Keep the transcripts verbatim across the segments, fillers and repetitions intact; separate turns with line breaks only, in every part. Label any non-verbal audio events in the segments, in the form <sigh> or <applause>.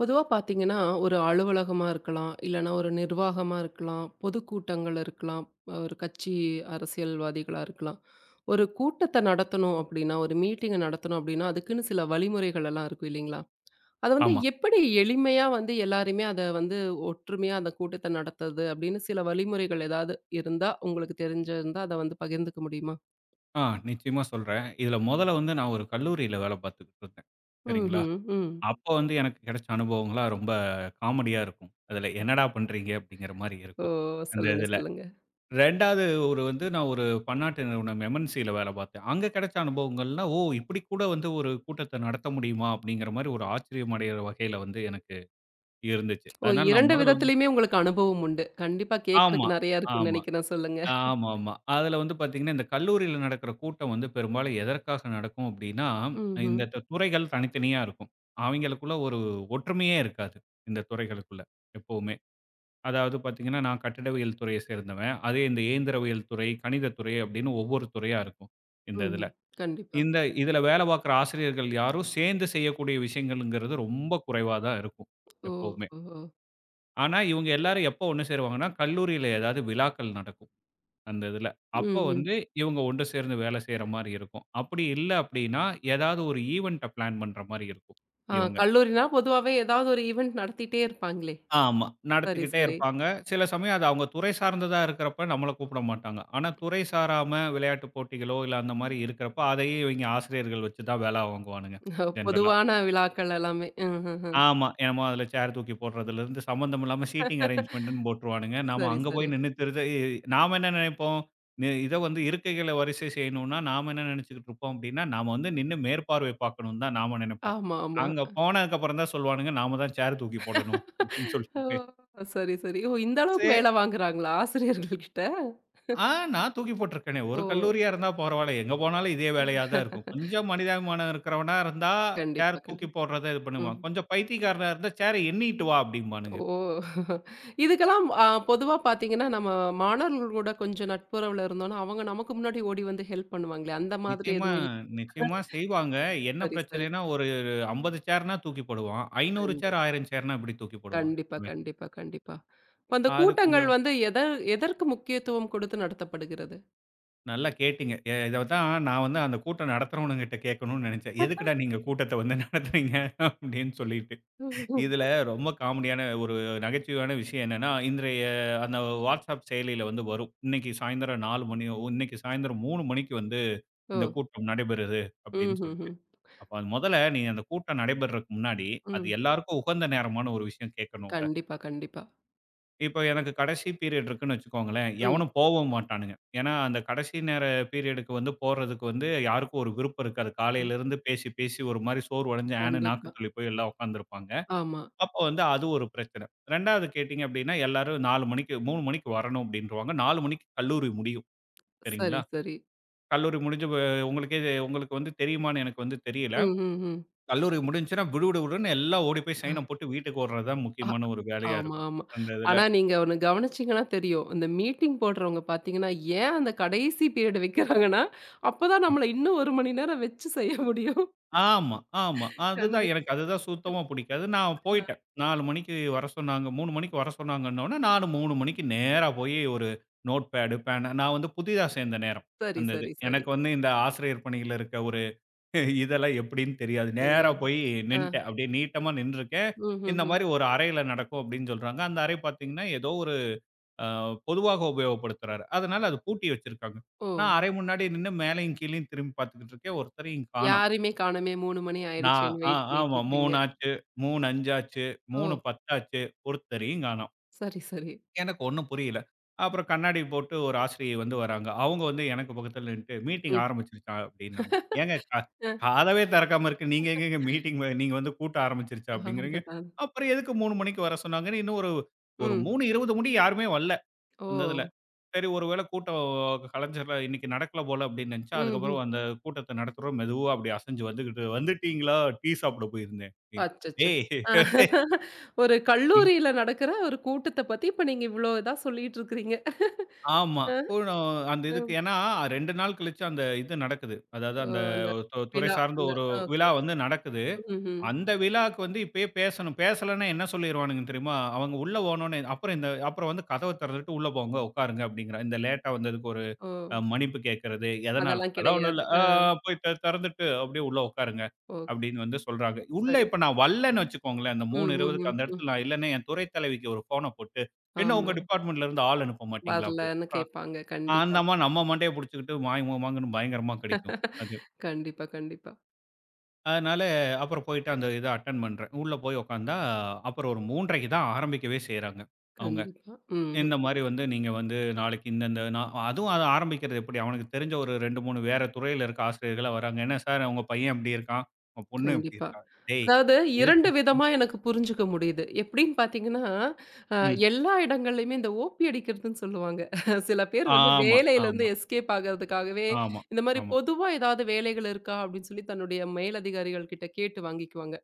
பொதுவா பார்த்தீங்கன்னா, ஒரு அலுவலகமா இருக்கலாம், இல்லன்னா ஒரு நிர்வாகமா இருக்கலாம், பொதுக்கூட்டங்கள் இருக்கலாம், ஒரு கட்சி அரசியல்வாதிகளா இருக்கலாம். ஒரு கூட்டத்த நடத்தணும் அப்டின்னா, ஒரு மீட்டிங்க நடத்தணும் அப்டின்னா, அதுக்குன்னு சில வழிமுறைகள் எல்லாம் இருக்கும் இல்லைங்களா? அத வந்து
ஆமா.
எப்படி எளிமையா வந்து எல்லாருமே அத வந்து ஒற்றுமையா அந்த கூட்டத்த நடத்துறது அப்டின்னு சில வழிமுறைகள் ஏதாவது இருந்தா, உங்களுக்கு தெரிஞ்சிருந்தா அத வந்து பகிர்ந்துக்க முடியுமா?
ஆ நிச்சயமா சொல்றேன். இதுல முதல்ல வந்து நான் ஒரு கல்லூரியில வேலை பார்த்துக்கிட்டு இருந்தேன். சரிங்களா?
ம்ஹ்ம். ம்.
அப்போ வந்து எனக்கு கிடைச்ச அனுபவங்கள்லாம் ரொம்ப காமெடியா இருக்கும். அதுல என்னடா பண்றீங்க? அப்படிங்கிற மாரி
ஓ!
இருக்கும். அந்த
சொல்லுங்க,
இதுல.
சொல்லுங்க.
2வது ஒரு வந்து நான் ஒரு பன்னாட்டு நிறுவனம் MNCல வேலை பார்த்தேன். அங்க கிடைச்ச அனுபவங்கள்லாம், ஓ! இப்படி கூட வந்து ஒரு கூட்டத்த நடத்த முடியுமா? அப்படிங்கிற மாரி ஒரு ஆச்சரியம் அடையிற வகையில வந்து எனக்கு இருந்துச்சு.
ஓ!
அதனால நான்
இரண்டு
முதல்ல வந்து
விதத்திலயுமே உங்களுக்கு அனுபவம் உண்டு. கண்டிப்பா
ஆமா,
கேட்கறக்கு நெறையா இருக்குன்னு
ஆமா.
நெனைக்கிறேன். சொல்லுங்க.
ஆமாமா. அதுல வந்து பாத்தீங்கன்னா, இந்த கல்லூரியில நடக்கிற கூட்டம் வந்து பெரும்பாலும் எதற்காக நடக்கும் அப்டின்னா,
ம்ஹ்ம்.
இந்த த துறைகள் தனித்தனியா இருக்கும். அவைங்களுக்குள்ள ஒரு ஒற்றுமையே இருக்காது. இந்த துறைகளுக்குள்ள எப்பவுமே. அதாவது பாத்தீங்கன்னா, நான் கட்டிடவியல் துறைய சேர்ந்தவன். அதே இந்த இயந்திரவியல் துறை, கணிதத் துறை அப்டின்னு ஒவ்வொரு துறையா இருக்கும். இந்த இதுல.
ம்ஹ்ம். கண்டிப்பா.
இந்த இதுல வேல பாக்குற ஆசிரியர்கள் யாரும் சேர்ந்து செய்யக்கூடிய விஷயங்கள்ங்கிறது ரொம்ப குறைவா தான் இருக்கும்.
ஓ!
எப்பவுமே.
ஓஹோ!
ஆனா இவங்க எல்லாரும் எப்போ ஒண்ணு சேருவாங்கன்னா, கல்லூரியில ஏதாவது விழாக்கள் நடக்கும். அந்த இதுல. அப்போ
ம், ம்.
வந்து இவங்க ஒன்று சேர்ந்து வேலை செய்ற மாரி இருக்கும். அப்படி இல்ல அப்படின்னா, ஏதாவது ஒரு ஈவென்ட்ட பிளான் பண்ற மாரி இருக்கும்
ஆ,
இவங்க.
கல்லூரினா பொதுவாவே ஏதாவது ஒரு ஈவென்ட் நடத்திட்டே இருப்பாங்களே!
ஆமா.
சரி,
நடத்திக்கிட்டே
சரி.
இருப்பாங்க. சில சமயம் அது அவங்க துறை சார்ந்ததா இருக்கிறப்ப நம்மள கூப்பிட மாட்டாங்க. ஆனா துறை சாராம விளையாட்டு போட்டிகளோ, இல்ல அந்த மாரி இருக்கிறப்ப, அதையே இவங்க ஆசிரியர்கள் வச்சு தான் வேலை வாங்குவானுங்க, ஜென்ரலா.
பொதுவான விழாக்கள் எல்லாமே. ம்ஹ்ஹ்ம்.
ஆமா. என்னமோ அதுல சேர் தூக்கி போடுறதுலருந்து சம்மந்தம் இல்லாம சீட்டிங் அரேஞ்ச்மென்ட்ன்னு போட்டுருவானுங்க. நாம
சரி,
அங்க
சரி.
போய் நின்னுத்துறது இ நாம என்ன நினைப்போம்? நி இத வந்து இருக்கைகள வரிசை செய்யணும்னா, நாம என்ன நினைச்சுக்கிட்டு இருப்போம் அப்டின்னா, நாம வந்து நின்னு மேற்பார்வை பார்க்கணும்னு தான் நாம நினைப்போம்.
ஆமா, ஆமா.
அங்க போனதுக்கப்புறம் தான் சொல்லுவானுங்க, நாம தான் சேர் தூக்கி போடணும் அப்டின்னு
ஓ!
சொல்லிட்டு.
சரி, சரி. ஓ! இந்த அளவுக்கு
சே
வேல வாங்குறாங்களா ஆசிரியர்கள்கிட்ட?
ஆ நான் தூக்கி போட்டுருக்கேனே! ஒரு
ஓ!
கல்லூரியா இருந்தா பரவால்ல. எங்க போனாலும் இதே வேலையா தான் இருக்கும். கொஞ்சம் மனிதாபிமானம் இருக்கிறவனா இருந்தா,
கண்டிப்பா,
சேர் தூக்கி
கண்டிப்பா.
போடுறத இது
ம்.
பண்ணுவான். கொஞ்சம் பைத்தியக்காரனா இருந்தா, "சேர எண்ணிட்டு வா" அப்டிம்பானுங்க.
ஓ! இதுக்கெல்லாம் அ பொதுவா பார்த்தீங்கன்னா, நம்ம மாணவர்கள் கூட கொஞ்சம் நட்புறவுல இருந்தோம்னா, அவங்க நமக்கு முன்னாடி ஓடி வந்து ஹெல்ப் பண்ணுவாங்களே! அந்த மாதிரி
நிச்சயமா,
எதுவும் இல்ல?
நிச்சயமா செய்வாங்க. என்ன
சரி, சரி.
பிரச்சனைன்னா, ஒரு ஐம்பது சேர்னா தூக்கி போடுவான். ஐநூறு
கண்டி
சேர், ஆயிரம் சேர்னா எப்படி தூக்கி போடுவான்?
கண்டிப்பா,
அவன்.
கண்டிப்பா, கண்டிப்பா. இப்ப அந்த
அது
கூட்டங்கள்
கொஞ்சம்
வந்து எத எதற்கு முக்கியத்துவம் கொடுத்து நடத்தப்படுகிறது?
நல்லா கேட்டீங்க. எ இத தான் நான் வந்து அந்த கூட்டம் நடத்துறவனுங்கிட்ட கேட்கணும்னு நெனச்சேன். "எதுக்குடா நீங்க கூட்டத்த வந்து நடத்துறீங்க?" அப்படின்னு சொல்லிட்டு.
ம்ஹும்.
இதுல ரொம்ப காமெடியான ஒரு நகைச்சுவையான விஷயம் என்னன்னா, இன்றைய அந்த WhatsApp செயலியில வந்து வரும். இன்னைக்கு சாயந்தரம் நாலு மணி இன்னைக்கு சாயந்தரம் மூணு மணிக்கு வந்து
ஓ!
இந்த கூட்டம் நடைபெறுது அப்படின்னு
ம்ஹ்ஹ்ம்.
சொல்லிட்டு.
ம்.
அப்ப அது முதல்ல நீ அந்த கூட்டம் நடைபெறதுக்கு முன்னாடி,
ம்
அது
ம்.
எல்லாருக்கும் உகந்த நேரமான ஒரு விஷயம் கேட்கணும்ல.
கண்டிப்பா, கண்டிப்பா.
இப்ப எனக்கு கடைசி பீரியட் இருக்குன்னு வச்சுக்கோங்களேன்,
ம்.
எவனும் போவும் மாட்டானுங்க. ஏன்னா, அந்த கடைசி நேர பீரியடுக்கு வந்து போறதுக்கு வந்து யாருக்கும் ஒரு விருப்பம் இருக்காது.
ம்.
காலையிலிருந்து பேசி, பேசி ஒரு மாரி சோர்வடைஞ்சு ஆன்னு நாக்கு
கண்டிப்பா.
தள்ளி போய் எல்லாம் உட்காந்துருப்பாங்க.
ஆமா.
அப்ப வந்து அது ஒரு பிரச்சனை. 2வது கேட்டீங்க அப்படின்னா, எல்லாரும் நாலு மணிக்கு மூணு மணிக்கு வரணும் அப்படின்ருவாங்க. நாலு மணிக்கு கல்லூரி முடியும். சரிங்களா?
சரி, சரி.
கல்லூரி முடிஞ்சு வ உங்களுக்கே உங்களுக்கு வந்து தெரியுமான்னு எனக்கு வந்து தெரியல.
ம், ம்,
கல்லூரி முடிஞ்சுச்சுன்னா விடு விடுன்னு எல்லாம் ஓடி போய்
ம்.
சைன போட்டு வீட்டுக்கு ஓடுறது தான் முக்கியமான ஒரு வேலையா
ஆமா,
இருக்கும்.
ஆமா.
அந்த இதுல.
ஆனா நீங்க ஒண்ணு கவனிச்சீங்கன்னா தெரியும். இந்த மீட்டிங் போடுறவங்க பார்த்தீங்கன்னா, ஏன் அந்த கடைசி பீரியட் வைக்கிறாங்கன்னா, அப்பதான் நம்மள இன்னும் ஒரு மணி நேரம் வச்சு செய்ய முடியும்.
ஆமா, ஆமா. அதுதான்
கண்டிப்பா.
எனக்கு அதுதான் சுத்தமா பிடிக்காது. நான் போயிட்டேன். நாலு மணிக்கு வர சொன்னாங்க. மூணு மணிக்கு வர சொன்னாங்கன்னோனே, நானும் மூணு மணிக்கு நேரா போய் ஒரு நோட் பேடு, பேனா நான் வந்து புதிதா சேர்ந்த நேரம்.
சரி,
அந்த இது.
சரி, சரி.
எனக்கு வந்து இந்த ஆசிரியர் பணியில இருக்க ஒரு <laughs> இதெல்லாம் எப்படின்னு தெரியாது. நேரா
தெரியாது.
போய்
ஆ.
நின்ட்டேன். அப்படியே நீட்டமா நின்றுருக்கேன். இந்த
ம்ஹ்ஹ்ம்.
மாரி ஒரு அறையில நடக்கும் அப்படின்னு சொல்றாங்க. அந்த அறை பார்த்தீங்கன்னா, ஏதோ ஒரு அ பொதுவாக உபயோகப்படுத்துறாரு. அதனால அது பூட்டி வச்சிருக்காங்க.
ஓ!
நான் அறை முன்னாடி நின்னு மேலயும் கீழயும் திரும்பி பார்த்துக்கிட்டு இருக்கேன். ஒருத்தரையும் காணோம்.
யாரையுமே காணோமே மூணு மணி
நான்
ஆயிடுச்சேன்னு
ஆ
வெயிட் பண்ணிட்டு
ஆமா
இருக்கிறீங்க.
மூணு ஆச்சு, மூணு ஐந்து ஆச்சு,
ஓ!
மூணு பத்து ஆச்சு. ஒருத்தரையும் காணோம்.
சரி, சரி.
எனக்கு ஒண்ணும் புரியல. அப்புறம் கண்ணாடி போட்டு ஒரு ஆசிரியை வந்து வராங்க. அவங்க வந்து எனக்கு பக்கத்துல நின்னுட்டு, "மீட்டிங்
ம்.
ஆரம்பிச்சுருச்சா?" அப்படின்னாங்க. ஏங்க க
அ.
கதவே திறக்காம இருக்கு. நீங்க எங்கேங்க மீட்டிங் நீங்க வந்து கூட்டம் ஆரம்பிச்சுருச்சா
ஆஹா,
அப்படிங்கிறீங்க.
அதுதான்.
அப்புறம் எதுக்கு மூணு மணிக்கு வர சொன்னாங்கன்னு, இன்னும் ஒரு ஒரு
ம்.
மூணு இருபது முடிய யாருமே வரல.
ஓ!
அந்த இதுல. சரி ஒரு வேள கூட்டம் கலைஞர்ல இன்னைக்கு நடக்கல போல அப்படின்னு நினைச்சா,
ம்ஹ்ம்.
அதுக்கப்புறம் அந்த கூட்டத்த நடத்துறோம் மெதுவா அப்படி அசைஞ்சு வந்துகிட்டு, "வந்துட்டீங்களா? டீ சாப்பிட போயிருந்தேன்." அப்படின்னு.
அச்சச்சோ!
"ஏய்
அ <laughs> ஒரு
இங்"
கல்லூரியில நடக்கிற ஒரு கூட்டத்த பத்தி இப்ப நீங்க இவ்ளோ இதா சொல்லிட்டு இருக்கிறீங்க.
ஆமா.
ஆ,
கூடம் அந்த இதுக்கு
ம்.
ஏன்னா ரெண்டு நாள் கழிச்சு அந்த இது நடக்குது. அதாவது
ஓ!
அந்த
அந்த
து துறை
விழா
சார்ந்த
அந்த
ஒரு
ஓகே.
விழா வந்து நடக்குது.
ம்ஹ்ம்.
அந்த விழாவுக்கு வந்து இப்பயே பேசணும். பேசலன்னா என்ன சொல்லிருவானுங்க தெரியுமா? அவங்க உள்ள போனோனே, "அப்புறம் இந்த அப்புறம் வந்து கதவ திறந்துட்டு உள்ள போங்க, உட்காருங்க." அப்படிங்கிற இந்த லேட்டா வந்ததுக்கு ஒரு
ஓ!
அ மன்னிப்பு கேட்கறது, எதனால?
அதெல்லாம்
அதெல்லாம் ஒண்ணும் இல்ல.
கிடையாது.
ஆ
ஆ,
போய் தெ தெறந்துட்டு அப்படியே உள்ள உட்காருங்க.
ஓ!
அப்படின்னு வந்து சொல்றாங்க. உள்ள
சரி.
இப்ப நான் வல்லன்னு வச்சுக்கோங்களேன். அந்த
ம், ம்,
3:20க்கு
ம்,
அந்த
ம்.
இடத்துல நான் இல்லன்னா, என் துறை தலைவிக்கு ஒரு ஃபோன போட்டு, "என்ன உங்க
ஆமா.
டிபார்ட்மென்ட்ல இருந்து ஆள் அனுப்ப மாட்டீங்களா?" அப்படின்னு.
வரலன்னு
அப்புறம்
கேட்பாங்க.
ஆஹ் அந்த
கண்டிப்பா.
அம்மா நம்ம மண்டைய புடிச்சுக்கிட்டு மாய், மோமாங்கன்னு பயங்கரமா கடிக்கும் அது.
கண்டிப்பா, கண்டிப்பா,
அதனால அப்புறம் போயிட்டு அந்த இத அட்டெண்ட் பண்றேன். உள்ள போய் உட்கார்ந்தா, அப்புறம் ஒரு 3:30க்கு தான் ஆரம்பிக்கவே செய்றாங்க அவங்க.
கண்டிப்பா. ம்ஹ்ம்.
இந்த மாரி வந்து நீங்க வந்து நாளைக்கு இந்தந்த நா அதுவும் அது ஆரம்பிக்கிறது எப்படி? அவனுக்கு தெரிஞ்ச ஒரு ரெண்டு, மூணு வேற துறையில இருக்க ஆசிரியர்களா வராங்க. என்ன சார் உங்க பையன் இப்படி இருக்கான், உங்க பொண்ணு இப்படி
கண்டிப்பா.
இருக்கா? டேய்!
அதாவது இரண்டு
எதுக்கு?
விதமா எனக்கு புரிஞ்சுக்க முடியுது. எப்படின்னு பார்த்தீங்கன்னா, அ
ம்.
எல்லா இடங்கள்லயுமே இந்த ஓபி அடிக்கிறதுன்னு சொல்லுவாங்க. சில பேர் வந்து
ஆமா, ஆமா,
வேலையிலருந்து எஸ்கேப் ஆகறதுக்காகவே,
ஆமா,
இந்த மாரி
ஆமா.
பொதுவா ஏதாவது வேலைகள் இருக்கா? அப்படின்னு சொல்லி தன்னுடைய மேலதிகாரிகள் கிட்ட கேட்டு வாங்கிக்குவாங்க.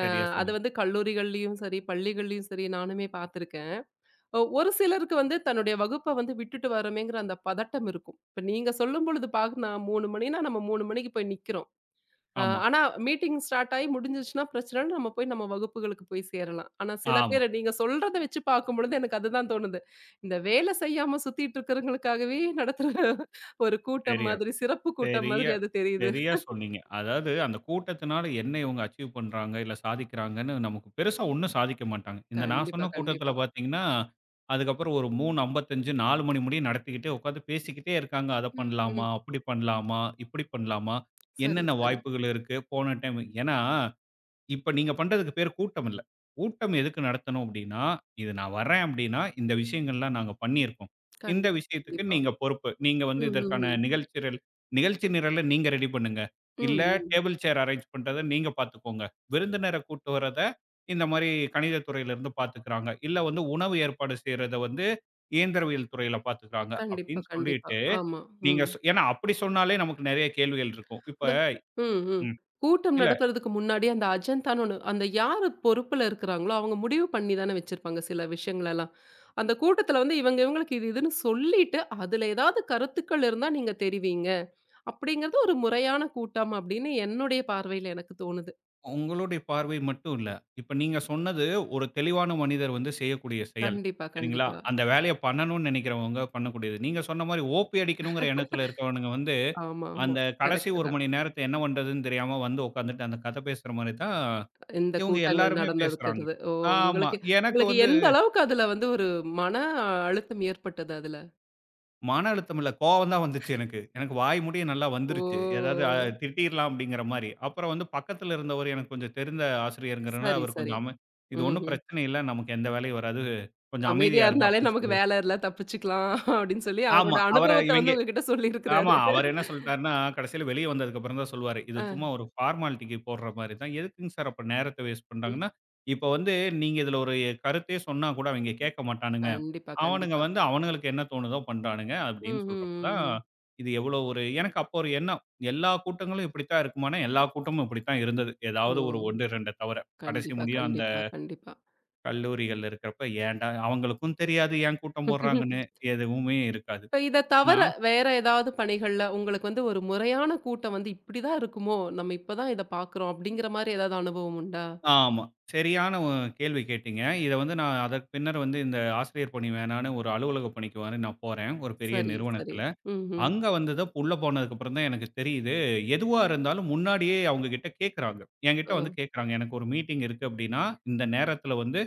சரியா
அத
சொன்னீங்க.
வந்து கல்லூரிகள்லயும் சரி, பள்ளிகள்லயும் சரி நானுமே பார்த்துருக்கேன். ஒ ஒரு சிலருக்கு வந்து தன்னுடைய வகுப்ப வந்து விட்டுட்டு வரோமேங்கிற அந்த பதட்டம் இருக்கும். இப்ப நீங்க சொல்லும் பொழுது பாத்தீங்கன்னா மூணு மணின்னா நம்ம மூணு மணிக்கு போய் நிக்கிறோம். அ
ஆமா,
ஆனா மீட்டிங் ஸ்டார்ட் ஆயி முடிஞ்சிருச்சுன்னா பிரச்சனை இல்ல. நம்ம போய் நம்ம வகுப்புகளுக்கு போய் சேரலாம். ஆனா சில
ஆமா.
பேர் நீங்க சொல்றத வச்சு பார்க்கும்பொழுது எனக்கு அதுதான் தோணுது. இந்த வேலை செய்யாம சுத்திட்டு இருக்கிறவங்களுக்காகவே நடத்துற ஒரு கூட்டம்
சரியா
மாதிரி, சிறப்பு கூட்டம்
சரியா
மாதிரி அது தெரியுது.
சரியா சொன்னீங்க. அதாவது அந்த கூட்டத்தினால என்ன இவங்க அச்சீவ் பண்றாங்க, இல்ல சாதிக்கிறாங்கன்னு நமக்கு பெருசா ஒண்ணும் சாதிக்க மாட்டாங்க. இந்த நான்
கண்டிப்பா,
சொன்ன கூட்டத்தில
கண்டிப்பா.
பார்த்தீங்கன்னா, அதுக்கப்புறம் ஒரு மூணு ஐம்பத்தி ஐந்து, நாலு மணி முடிய நடத்திக்கிட்டே உட்காந்து பேசிக்கிட்டே இருக்காங்க. அத
ம், ம்.
பண்ணலாமா? அப்படி பண்ணலாமா? இப்படி பண்ணலாமா?
சரி,
என்னென்ன
சரி.
வாய்ப்புகள் இருக்கு? போன டைம் ஏன்னா இப்ப நீங்க பண்றதுக்கு பேரு கூட்டம் இல்ல. கூட்டம் எதுக்கு நடத்தணும் அப்டின்னா, இது நான் வர்றேன் அப்டின்னா, இந்த விஷயங்கள்லாம் நாங்க பண்ணியிருக்கோம். இந்த
கண்டிப்பா,
விஷயத்துக்கு
கண்டிப்பா.
நீங்க பொறுப்பு. நீங்க வந்து
ம், ம்,
இதற்கான
ம்.
நிகழ்ச்சிரல் நிகழ்ச்சி நிரல நீங்க ரெடி பண்ணுங்க.
ம்,
இல்ல
ம்.
டேபிள் சேர் அரேஞ்ச் பண்றத நீங்க பார்த்துக்கோங்க. விருந்தினர கூட்டு வர்றத இந்த மாரி கணித துறையிலருந்து பார்த்துக்கிறாங்க. இல்ல வந்து உணவு ஏற்பாடு செய்றத வந்து இயந்திரவியல் துறையில பார்த்துக்கிறாங்க
கண்டிப்பா,
அப்டின்னு
கண்டிப்பா.
சொல்லிட்டு,
ஆமா.
நீங்க
ம்.
சொ ஏன்னா அப்டி சொன்னாலே நமக்கு நெறைய கேள்விகள் இருக்கும். இப்ப
இந்த ம், ம்.
ம்.
கூட்டம்
இல்ல
நடத்துறதுக்கு முன்னாடி அந்த அஜந்தான்னு ஒண்ணு அந்த யாரு பொறுப்புல இருக்கிறாங்களோ, அவங்க முடிவு பண்ணி தானே வச்சிருப்பாங்க சில விஷயங்களெல்லாம். அந்த கூட்டத்துல வந்து இவங்க இவங்களுக்கு இது இதுன்னு சொல்லிட்டு, அதுல ஏதாவது கருத்துக்கள் இருந்தா நீங்க தெரிவிங்க. அப்படிங்கிறது ஒரு முறையான கூட்டம் அப்படின்னு என்னுடைய பார்வையில எனக்கு தோணுது.
உங்களுடைய பார்வை மட்டும் இல்ல. இப்ப நீங்க சொன்னது ஒரு தெளிவான மனிதர் வந்து செய்யக்கூடிய செயல்.
கண்டிப்பா,
சரிங்களா?
கண்டிப்பா.
அந்த வேலைய பண்ணணும்னு நெனைக்கிறவங்க பண்ணக்கூடியது. நீங்க சொன்ன மாரி ஓபி அடிக்கணுங்கிற எண்ணத்துல இருக்கவனுங்க வந்து,
ஆமா, ஆமா.
அந்த கடைசி
கரெக்ட்டு
ஒரு
தான்.
மணி நேரத்த என்ன பண்றதுன்னு தெரியாம வந்து உட்காந்துட்டு அந்த கதை பேசுற மாரி தான்
இந்த
இவங்க
கூட்டங்கள்
எல்லாருமே பேசுறாங்க.
நடந்திருக்கிறது. ஓ!
ஆமா.
உங்களுக்கு
எனக்கு
உங்களுக்கு
வந்து
எந்த அளவுக்கு அதுல வந்து ஒரு மன அழுத்தம் ஏற்பட்டது அதுல?
மன அழுத்தம் இல்ல. கோவம் தான் வந்துச்சு எனக்கு. எனக்கு வாய் முடிய நல்லா
ஓ!
வந்துருச்சு. ஏதாவது அ திட்டிர்லாம் அப்படிங்கிற மாரி. அப்புறம் வந்து பக்கத்துல இருந்தவரு எனக்கு கொஞ்சம் தெரிந்த ஆசிரியர்ங்கிறனால,
சரி,
அவரு
சரி.
கொஞ்சம் அம "இது ஒண்ணும்
ம்ஹ்ம்.
பிரச்சனை இல்ல. நமக்கு எந்த வேலையும் வராது. கொஞ்சம்
அமைதியா
அமைதியா இருங்க"
இருந்தாலே
அப்படின்னு
நமக்கு
சொல்லிரு
வேல இல்ல, தப்பிச்சுக்கலாம் அப்படின்னு சொல்லி
ஆமா.
அவரோட
அவர
அனுபவத்த
இவங்க
வந்து உங்ககிட்ட
ஆமா.
சொல்லியிருக்கிறாரு.
அவரு என்ன சொல்ட்டாருன்னா, கடைசியில வெளிய வந்ததுக்கப்புறம் தான் சொல்லுவாரு. இது சும்மா
ஆ.
ஒரு ஃபார்மாலிட்டிக்கு போடுற மாரி தான். எதுக்குங்க சார் அப்ப நேரத்த வேஸ்ட்
ம்.
பண்றாங்கன்னா, இப்ப வந்து நீங்க இதுல ஒரு கருத்தே சொன்னா கூட அவைங்க கேட்க மாட்டானுங்க.
கண்டிப்பா,
அவனுங்க
கண்டிப்பா.
வந்து அவனுங்களுக்கு என்ன தோணுதோ பண்றானுங்க
ம்,
அப்படின்னு
ம்,
சொல்றப்ப தான்,
ம், ம்.
இது எவ்வளோ ஒரு எனக்கு அப்போ ஒரு எண்ணம். எல்லா கூட்டங்களும் இப்படித்தான் இருக்குமான்னா, எல்லா கூட்டமும் இப்படித்தான் இருந்தது.
ஓ!
ஏதாவது ஒரு 1, ரெண்டு தவர. கடைசி
கண்டிப்பா,
முடியும் அந்த
கண்டிப்பா, கண்டிப்பா.
கல்லூரிகள்ல இருக்கிறப்ப ஏன்டா அவங்களுக்கும் தெரியாது ஏன் கூட்டம் போடுறாங்கன்னு. எதுவுமே இருக்காது.
இப்ப இத
ஆனா
தவர வேற ஏதாவது பணிகள்ல உங்களுக்கு வந்து ஒரு முறையான கூட்டம் வந்து இப்படிதான் இருக்குமோ, நம்ம இப்பதான் இத பார்க்கிறோம் அப்படிங்கிற மாரி ஏதாவது அனுபவம் உண்டா?
ஆமா. சரியான ஒ கேள்வி கேட்டீங்க. இத வந்து நான் அதற்கு பின்னர் வந்து இந்த ஆசிரியர் பணி வேணான்னு ஒரு அலுவலக பணிக்கு வந்து நான் போறேன், ஒரு பெரிய
சரி, சரி.
நிறுவனத்துல.
ம்ஹ்ம்.
அங்க வந்து தான் உள்ள போனதுக்கப்புறம் தான் எனக்கு தெரியுது, எதுவா இருந்தாலும் முன்னாடியே அவுங்ககிட்ட கேட்குறாங்க. என்கிட்ட
அ
வந்து கேட்குறாங்க. எனக்கு ஒரு மீட்டிங் இருக்கு அப்டின்னா, இந்த நேரத்துல வந்து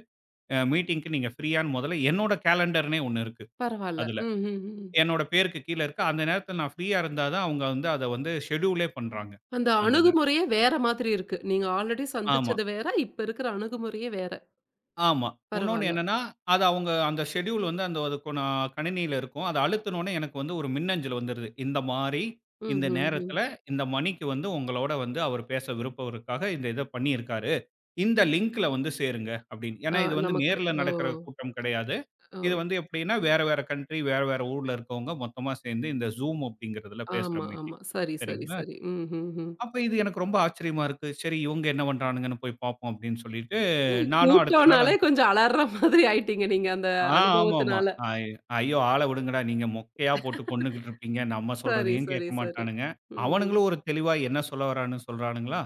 அ மீட்டிங்க்கு நீங்க ஃப்ரீயான்னு மொதல்ல என்னோட கேலண்டர்னே ஒண்ணு இருக்கு
பரவால்ல.
அதுல.
ம்ஹ்ஹ்ம்.
என்னோட பேருக்கு கீழ இருக்கு. அந்த நேரத்துல நான் ஃப்ரீயா இருந்தா தான் அவுங்க வந்து அத வந்து ஷெட்யூலே பண்றாங்க.
அந்த
அந்த இத.
அணுகுமுறையே வேற மாதிரி இருக்கு. நீங்க ஆல்ரெடி
ஆமா.
சந்திச்சது வேற, இப்ப இருக்கிற அணுகுமுறையே வேற.
ஆமா. உன்னொன்னு
பரவால்ல.
என்னன்னா, அது அவங்க அந்த ஷெட்யூல் வந்து அந்த அதுக்கான கணினியில இருக்கும். அத அழுத்துனோனே எனக்கு வந்து ஒரு மின்னஞ்சல் வந்துருது. இந்த மாரி, இந்த
ம்ஹ்ஹ்ம்.
நேரத்துல, இந்த மணிக்கு வந்து உங்களோட வந்து அவர் பேச விருப்பம் இருக்காக, இந்த இத பண்ணியிருக்காரு. இந்த லிங்க்ல வந்து சேருங்க அப்படின்னு.
அ
ஏன்னா இது வந்து
நமக்கு
நேர்ல
ஓ!
நடக்கிற கூட்டம் கிடையாது.
ஓ!
இது வந்து எப்படின்னா, வேற வேற கண்ட்ரி, வேற வேற ஊர்ல இருக்கவங்க மொத்தமா சேர்ந்து இந்த Zoom அப்படிங்கிறதுல பேசுற
ஆமா, ஆமா.
மீட்டிங்.
சரி, சரி,
சரிங்களா?
சரி. ம்ஹ்ஹ்ம்.
அப்ப இது எனக்கு ரொம்ப ஆச்சரியமா இருக்கு. சரி இவங்க என்ன பண்றானுங்கன்னு போய் பார்ப்போம் அப்படின்னு சொல்லிட்டு, நானும் அடுத்த நாள்
கூட்டம்னாலே கொஞ்சம் அலர்ற மாதிரி ஆயிட்டீங்க நீங்க அந்த
ஆ, ஆமாமா.
அனுபவத்தினால.
ஐ ஐயோ! ஆள விடுங்கடா. நீங்க மொக்கையா போட்டு கொன்னுகிட்டு இருப்பீங்க. நம்ம
சரி,
சொல்றதையும் கேட்க
சரி, சரி.
மாட்டானுங்க.
ம்ஹ்ம்.
அவனுங்களும் ஒரு தெளிவா என்ன சொல்ல வரான்னு சொல்றானுங்களா,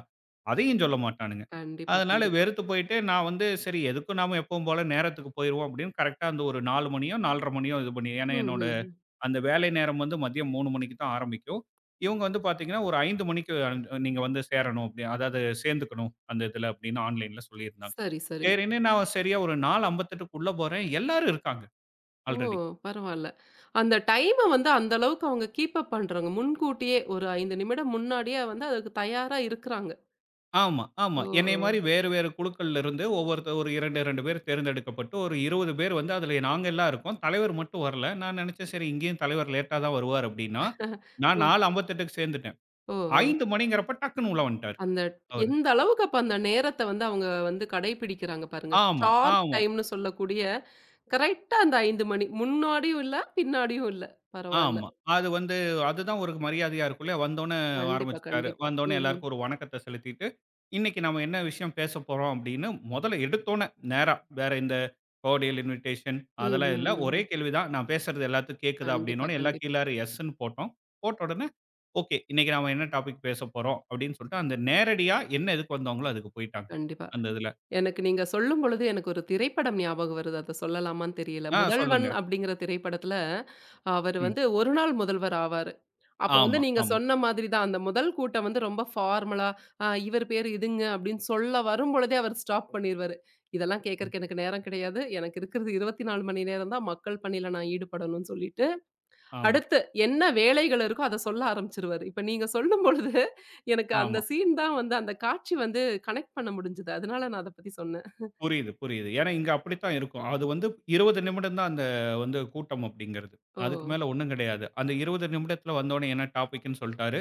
அதையும் சொல்ல மாட்டானுங்க.
கண்டிப்பா,
அதனால
கண்டிப்பா.
வெறுத்து போயிட்டு, நான் வந்து சரி எதுக்கும் நாம எப்பவும் போல நேரத்துக்கு போயிருவோம் அப்படின்னு கரெக்ட்டா அந்த ஒரு நாலு மணியோ, நாலரை மணியோ இது பண்ணி ஏன்னா என்னோட
ம்ஹ்ஹ்ம்.
அந்த வேலை நேரம் வந்து மதியம் மூணு மணிக்கு தான் ஆரம்பிக்கும். இவங்க வந்து பார்த்தீங்கன்னா, ஒரு ஐந்து மணிக்கு அ நீங்க வந்து சேரணும் அப்படி அதாவது சேர்ந்துக்கணும் அந்த இதில அப்படின்னு ஆன்லைன்ல சொல்லியிருந்தாங்க.
சரி, சரி.
சரின்னு நான் சரியா ஒரு 4:58க்குள்ள போறேன். எல்லாரும் இருக்காங்க
ஓ!
ஆல்ரெடி.
பரவால்ல. அந்த டைம வந்து அந்த அளவுக்கு அவங்க கீப் அப் பண்றாங்க. முன்கூட்டியே ஒரு ஐந்து நிமிடம் முன்னாடியே வந்து அதுக்கு தயாரா இருக்குறாங்க.
ஆமா, ஆமா.
ஓ!
என்னைய மாரி வேறு வேறு குழுக்கள்ல இருந்து ஒவ்வொருத்தர் ஒரு ரெண்டு, ரெண்டு பேர் தேர்ந்தெடுக்கப்பட்டு ஒரு இருபது பேர் வந்து அதில நாங்க எல்லாம் இருக்கோம். தலைவர் மட்டும் வரல. நான் நினைச்சேன் சரி இங்கேயும் தலைவர் லேட்டா தான் வருவார் அப்டின்னா, நான்
ஓ!
4:58க்கு சேர்ந்துட்டேன்.
ஓ! ஓ!
ஐந்து மணிங்கிறப்ப டக்குன்னு உள்ள வந்துட்டாரு
அந்த
அவரு.
எந்த அளவுக்கு அப்ப அந்த நேரத்த வந்து அவங்க வந்து கடைபிடிக்கிறாங்க பாருங்க.
ஆமா,
ஷார்ப்
ஆமா.
டைம்ன்னு சொல்லக்கூடிய கரெக்ட்டா அந்த அஞ்சு மணி. முன்னாடியும் இல்ல, பின்னாடியும் இல்ல. பரவால்ல.
ஆமா. அது வந்து அதுதான் ஒரு மரியாதையா இருக்கும்ல. வந்தோனே
கண்டிப்பா,
ஆரம்பிச்சுட்டாரு.
கண்டிப்பா.
வந்தோனே
ம், ம்.
எல்லாருக்கும் ஒரு வணக்கத்த செலுத்திட்டு, "இன்னைக்கு நம்ம என்ன விஷயம் பேசப் போறோம்?" அப்படின்னு மொதல்ல எடுத்தோனே நேரா, வேற இந்த கார்டியல் இன்விடேஷன்
ம்,
அதெல்லாம் இல்ல.
ம், ம்.
ஒரே
ம்.
கேள்வி தான். நான் பேசுறது எல்லாத்துக்கும் கேக்குதா?
கண்டிப்பா,
அப்படின்னோனே எல்லா
கண்டிப்பா,
கீழார எஸ்ன்னு போட்டோம். போட்ட உடனே, "ஓகே. இன்னைக்கு நாம என்ன டாபிக் பேசப் போறோம்?" அப்படின்னு சொல்லிட்டு அந்த நேரடியா என்ன எதுக்கு வந்தாங்களோ அதுக்கு போயிட்டாங்க.
கண்டிப்பா.
அந்த இதுல.
எனக்கு நீங்க சொல்லும்பொழுது, எனக்கு ஒரு திரைப்படம் ஞாபகம் வருது. அத சொல்லலாமான்னு தெரியல.
ஆ சொல்லுங்க.
"முதல்வன்" அப்படிங்கிற திரைப்படத்துல, அவர்
ம்.
வந்து ஒரு நாள் முதல்வர் ஆவாரு. அப்போ வந்து
ஆமா,
நீங்க
ஆமா,
சொன்ன மாதிரி தான், அந்த முதல் கூட்டம் வந்து ரொம்ப ஃபார்மலா, "அ இவர் பேரு இதுங்க" அப்படின்னு சொல்ல வரும்பொழுதே அவர் ஸ்டாப் பண்ணிருவாரு. இதெல்லாம் கேட்கறக்கு எனக்கு நேரம் கிடையாது. எனக்கு இருக்கிறது இருபத்தி நாலு மணி நேரம் தான். மக்கள் பணியில நான் ஈடுபடணும்னு சொல்லிட்டு,
ஆமா,
அடுத்து என்ன வேலைகள் இருக்கோ அத சொல்ல ஆரம்பிச்சுருவாரு. இப்ப நீங்க சொல்லும்பொழுது, எனக்கு அந்த
ஆமா.
சீன் தான் வந்து அந்த காட்சி வந்து கனெக்ட் பண்ண முடிஞ்சது. அதனால நான் அத பத்தி சொன்னேன்.
புரியுது, புரியுது. ஏன்னா இங்க அப்படித்தான் இருக்கும். அது வந்து இருபது நிமிடம் தான் அந்த வந்து கூட்டம் அப்படிங்கிறது.
ஓ!
அதுக்கு மேல ஒண்ணும் கிடையாது. அந்த இருபது நிமிடத்துல வந்தோனே என்ன டாபிக்ன்னு சொல்ட்டாரு.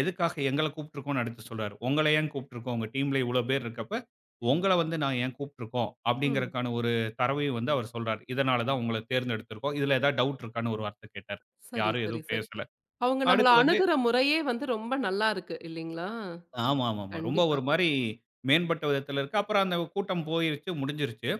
எதுக்காக எங்கள கூப்ட்டுருக்கோம்ன்னு அடுத்து சொல்றாரு. உங்கள ஏன் கூப்ட்டுருக்கோம்? உங்க டீம்ல இவ்வளோ பேர் இருக்கப்ப, உங்கள வந்து நான் ஏன் கூப்ட்டுருக்கோம்?
ம்.
அப்படிங்கிறதுக்கான ஒரு தரவையும் வந்து அவர் சொல்றாரு. இதனால தான் உங்கள தேர்ந்தெடுத்திருக்கோம். இதுல ஏதாவது டவுட் இருக்கான்னு ஒரு வார்த்த கேட்டாரு.
சரி,
யாரும்
சரி,
எதுவும்
சரி.
பேசல.
அவங்க நம்மள
அடுத்து வந்து
அணுகுற முறையே வந்து ரொம்ப நல்லா இருக்கு இல்லைங்களா?
ஆமா, ஆமாமா. ரொம்ப
கண்டிப்பா.
ஒரு மாரி மேம்பட்ட விதத்துல இருக்கு. அப்புறம் அந்த கூட்டம் போயிருச்சு, முடிஞ்சிருச்சு.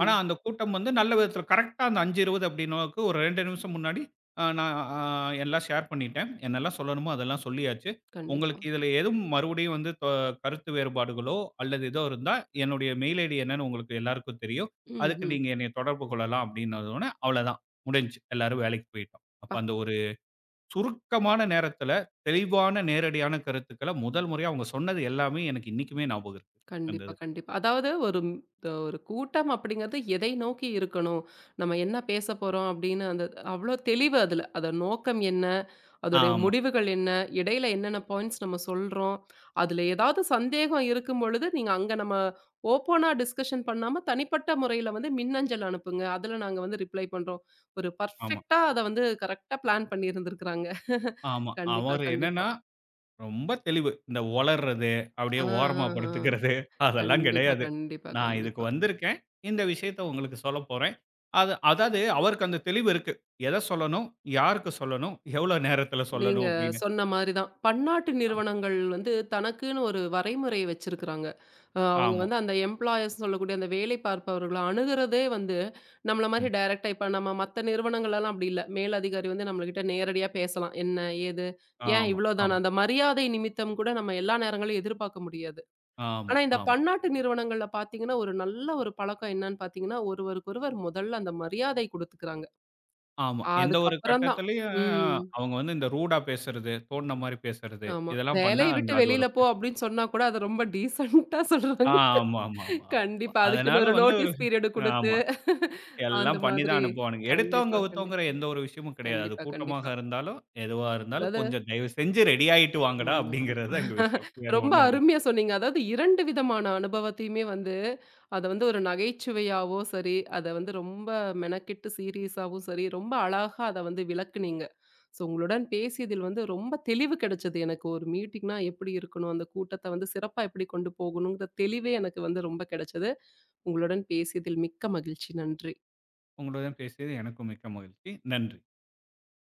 ஆனா, அந்த கூட்டம் வந்து நல்ல விதத்துல கரெக்ட்டா அந்த ஐந்து இருபது அப்டின்னோக்கு ஒரு ரெண்டு நிமிஷம் முன்னாடி அ நான் அ எல்லாம் ஷேர் பண்ணிட்டேன். என்னெல்லாம் சொல்லணுமோ அதெல்லாம் சொல்லியாச்சு.
கண்டிப்பா.
உங்களுக்கு இதுல எதுவும் மறுபடியும் வந்து தொ கருத்து வேறுபாடுகளோ, அல்லது ஏதோ இருந்தா என்னுடைய மெயில் ஐடி என்னன்னு உங்களுக்கு எல்லாருக்கும் தெரியும்.
ம்,
அதுக்கு
ம்.
நீங்க என்னைய தொடர்பு கொள்ளலாம் அப்டின்னதோனே, அவ்வளதான் முடிஞ்சுச்சு. எல்லாரும் வேலைக்கு போயிட்டோம். அப்ப அந்த ஒரு சுருக்கமான நேரத்துல, தெளிவான நேரடியான கருத்துக்கள முதல் முறையா அவங்க சொன்னது எல்லாமே எனக்கு இன்னைக்குமே ஞாபகம் இருக்கு. அந்த
கண்டிப்பா,
இது.
கண்டிப்பா. அதாவது ஒரு ம் த ஒரு கூட்டம் அப்படிங்கிறது எதை நோக்கி இருக்கணும்? நம்ம என்ன பேசப் போறோம் அப்படின்னு அந்த அவ்ளோ தெளிவு அதுல. அத நோக்கம் என்ன? அதோடைய
ஆமா,
முடிவுகள் என்ன? இடையில என்னென்ன பாயிண்ட்ஸ் நம்ம சொல்றோம்? அதுல ஏதாவது சந்தேகம் இருக்கும் பொழுது, நீங்க அங்க நம்ம ஓப்பனா டிஸ்கஷன் பண்ணாம, தனிப்பட்ட முறையில வந்து மின்னஞ்சல் அனுப்புங்க. அதுல நாங்க வந்து ரிப்ளை பண்றோம். ஒரு
ஆமா,
பர்ஃபெக்ட்டா அத வந்து கரெக்ட்டா பிளான் பண்ணி இருந்திருக்காங்க. <laughs>
ஆமா.
கண்டிப்பா,
அவரு
கண்டிப்பா.
என்னன்னா, ரொம்ப தெளிவு. இந்த ஒளர்றது, அப்படியே
ஆ, ஆ,
ஓரமா
ஆ.
படுத்துக்கிறது அதெல்லாம்
கண்டிப்பா,
கிடையாது.
கண்டிப்பா,
நான் இதுக்கு
கண்டிப்பா.
வந்திருக்கேன். இந்த விஷயத்த உங்களுக்கு சொல்லப் போறேன். அது அதாவது அவருக்கு அந்த தெளிவு இருக்கு. எத சொல்லணும்? யாருக்கு சொல்லணும்? எவ்வளோ நேரத்துல
நீங்க
சொல்லணும்? அப்படின்னு.
சொன்ன மாரி தான். பன்னாட்டு
ஆமா.
நிறுவனங்கள் வந்து தனக்குன்னு ஒரு வரைமுறை வச்சிருக்கிறாங்க. அ அவங்க
ஆமா
வந்து அந்த எம்ப்ளாயர்ஸ் சொல்லக்கூடிய அந்த வேலை பார்ப்பவர்கள அணுகுறதே வந்து, நம்மள
ம்.
மாரி டைரக்ட்டா இப்ப நம்ம மத்த நிறுவனங்கள்லலாம் அப்படி இல்ல. மேலதிகாரி வந்து நம்மகிட்ட நேரடியா பேசலாம். என்ன? ஏது? ஏன்
ஆமா,
இவ்வளோதானா?
ஆமா,
அந்த மரியாதை நிமித்தம் கூட நம்ம எல்லா நேரங்களையும் எதிர்பார்க்க முடியாது.
ஆமா,
ஆனா இந்த
ஆமா.
பன்னாட்டு நிறுவனங்கள்ல பார்த்தீங்கன்னா, ஒரு நல்ல ஒரு பழக்கம் என்னன்னு பார்த்தீங்கன்னா, ஒருவருக்கொருவர் முதல்ல அந்த மரியாதை குடுத்துக்கிறாங்க.
ஆமா. எந்த ஒரு
அதுக்கப்புறம் தான்
கட்டத்திலயும்
ம்.
அவங்க வந்து இந்த ரூடா பேசுறது, தோணுன மாரி பேசுறது,
ஆமா.
இதெல்லாம் பண்ணா
"வேலைய
அங்க
விட்டு
அது ஒரு
வெளியில
பெ
போ" அப்படின்னு சொன்னா கூட, அத ரொம்ப டீசென்ட்டா
ஆ
சொல்றாங்க.
ஆமா, ஆமா, ஆமா, ஆமா.
கண்டிப்பா. அதுக்குன்னு
அதனால
ஒரு
வந்து ஒரு
நோட்டீஸ் பீரியடு குடுத்து,
ஆமா.
அந்த
எல்லாம் பண்ணி தான்
மாதிரி.
அனுப்புவானுங்க. எடுத்தவங்க,
கண்டிப்பா, கண்டிப்
கவுத்தவங்கிற எந்த ஒரு விஷயமும் கிடையாது. அது
கண்டிப்பா, கண்டிப்பா.
கூட்டமாக இருந்தாலும், எதுவா இருந்தாலும்
அதாவது
கொஞ்சம் தயவு செஞ்சு ரெடி ஆயிட்டு
ஆமா,
வாங்கடா அப்படிங்கிறது தான்
ஆமா.
எங்க விஷயம். வேற
ரொம்ப
ஒண்ணும் இல்ல.
அருமையா சொன்னீங்க. அதாவது இரண்டு விதமான அனுபவத்தையுமே வந்து, அத வந்து ஒரு நகைச்சுவையாவோ சரி, அத வந்து ரொம்ப மெனக்கெட்டு சீரியஸாவும் சரி, ரொம்ப அழகா அத வந்து விளக்குனீங்க. ஸோ உங்களுடன் பேசியதில் வந்து ரொம்ப தெளிவு கிடைச்சது எனக்கு. ஒரு மீட்டிங்னா எப்படி இருக்கணும்? அந்த கூட்டத்த வந்து சிறப்பா எப்படி கொண்டு போகணுங்கிற தெளிவே எனக்கு வந்து ரொம்ப கிடைச்சது. உங்களுடன் பேசியதில் மிக்க மகிழ்ச்சி. நன்றி.
உங்களுடன் பேசியது எனக்கும் மிக்க மகிழ்ச்சி. நன்றி.